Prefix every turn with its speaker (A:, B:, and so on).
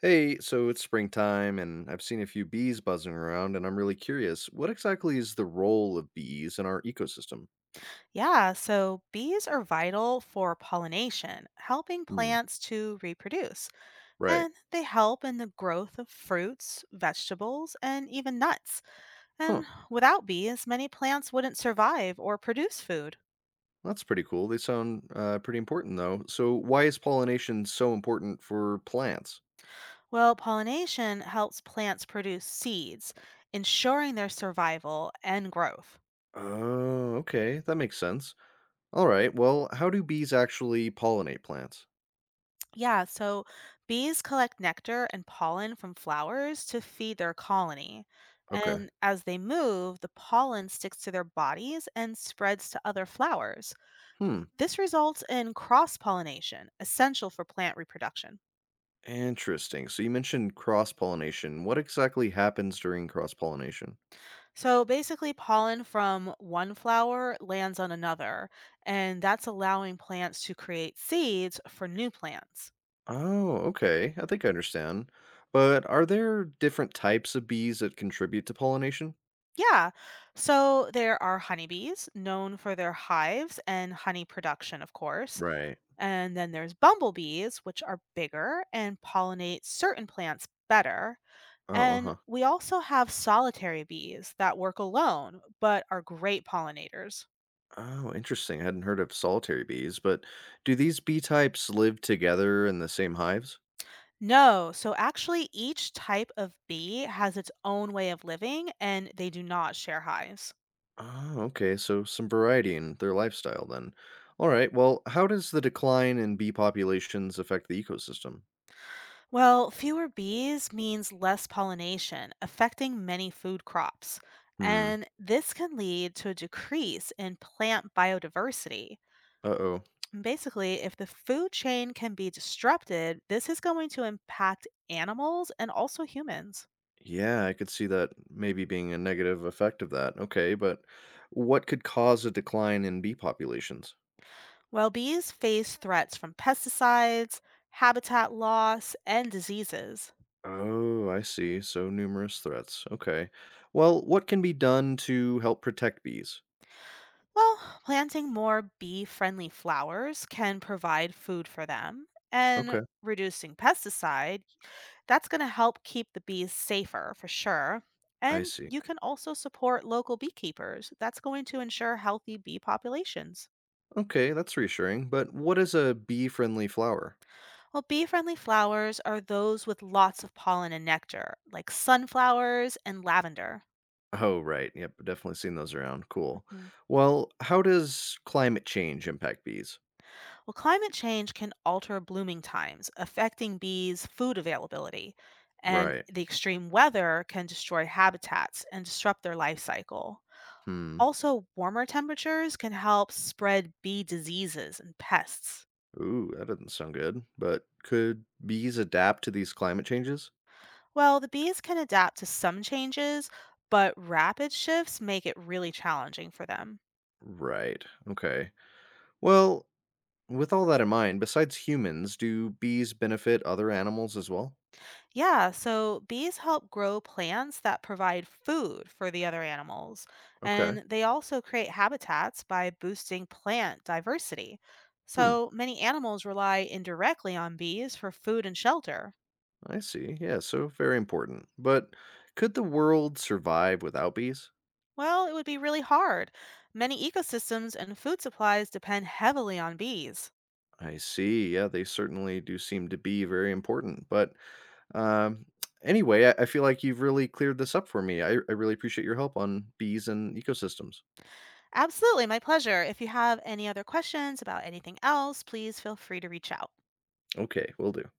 A: Hey, so it's springtime and I've seen a few bees buzzing around and I'm really curious, what exactly is the role of bees in our ecosystem?
B: Yeah, so bees are vital for pollination, helping
A: Hmm.
B: plants to reproduce,
A: Right.
B: and they help in the growth of fruits, vegetables, and even nuts.
A: Huh.
B: And without bees, many plants wouldn't survive or produce food.
A: That's pretty cool. They sound pretty important though. So why is pollination so important for plants?
B: Well, pollination helps plants produce seeds, ensuring their survival and growth.
A: Oh, okay. That makes sense. All right. Well, how do bees actually pollinate plants?
B: Yeah, so bees collect nectar and pollen from flowers to feed their colony.
A: Okay.
B: And as they move, the pollen sticks to their bodies and spreads to other flowers.
A: Hmm.
B: This results in cross pollination, essential for plant reproduction.
A: Interesting. So you mentioned cross-pollination. What exactly happens during cross-pollination?
B: So basically, pollen from one flower lands on another, and that's allowing plants to create seeds for new plants.
A: Oh, okay. I think I understand. But are there different types of bees that contribute to pollination?
B: Yeah, so there are honeybees, known for their hives and honey production, of course.
A: Right.
B: And then there's bumblebees, which are bigger and pollinate certain plants better.
A: Oh,
B: And
A: uh-huh.
B: we also have solitary bees that work alone, but are great pollinators.
A: Oh, interesting. I hadn't heard of solitary bees, but do these bee types live together in the same hives?
B: No, so actually, each type of bee has its own way of living and they do not share hives.
A: Oh, okay. So some variety in their lifestyle then. All right. Well, how does the decline in bee populations affect the ecosystem?
B: Well, fewer bees means less pollination, affecting many food crops.
A: Hmm.
B: And this can lead to a decrease in plant biodiversity.
A: Uh-oh.
B: Basically, if the food chain can be disrupted, this is going to impact animals and also humans.
A: Yeah, I could see that maybe being a negative effect of that. Okay, but what could cause a decline in bee populations?
B: While bees face threats from pesticides, habitat loss, and diseases,
A: Oh, I see. So numerous threats. Okay. Well, what can be done to help protect bees?
B: well, planting more bee friendly flowers can provide food for them, and
A: Okay,
B: reducing pesticide, that's going to help keep the bees safer for sure.
A: I
B: And
A: see.
B: you can also support local beekeepers. That's going to ensure healthy bee populations.
A: Okay, that's reassuring. But what is a bee friendly flower?
B: Well, bee friendly flowers are those with lots of pollen and nectar, like sunflowers and lavender.
A: Oh, right. Yep, definitely seen those around. Cool.
B: hmm
A: Well, how does climate change impact bees?
B: Well, climate change can alter blooming times, affecting bees' food availability, and
A: Right.
B: the extreme weather can destroy habitats and disrupt their life cycle.
A: Hmm.
B: Also, warmer temperatures can help spread bee diseases and pests.
A: Ooh, that doesn't sound good. But could bees adapt to these climate changes?
B: Well, the bees can adapt to some changes, but rapid shifts make it really challenging for them.
A: Right. Okay. Well, with all that in mind, besides humans, do bees benefit other animals as well?
B: Yeah, so bees help grow plants that provide food for the other animals,
A: Okay.
B: and they also create habitats by boosting plant diversity.
A: Hmm.
B: So many animals rely indirectly on bees for food and shelter.
A: I see. Yeah, so very important. But could the world survive without bees?
B: Well, it would be really hard. Many ecosystems and food supplies depend heavily on bees.
A: I see. Yeah, they certainly do seem to be very important. But um, anyway, I feel like you've really cleared this up for me. I really appreciate your help on bees and ecosystems.
B: Absolutely, my pleasure. If you have any other questions about anything else, please feel free to reach out.
A: Okay, will do.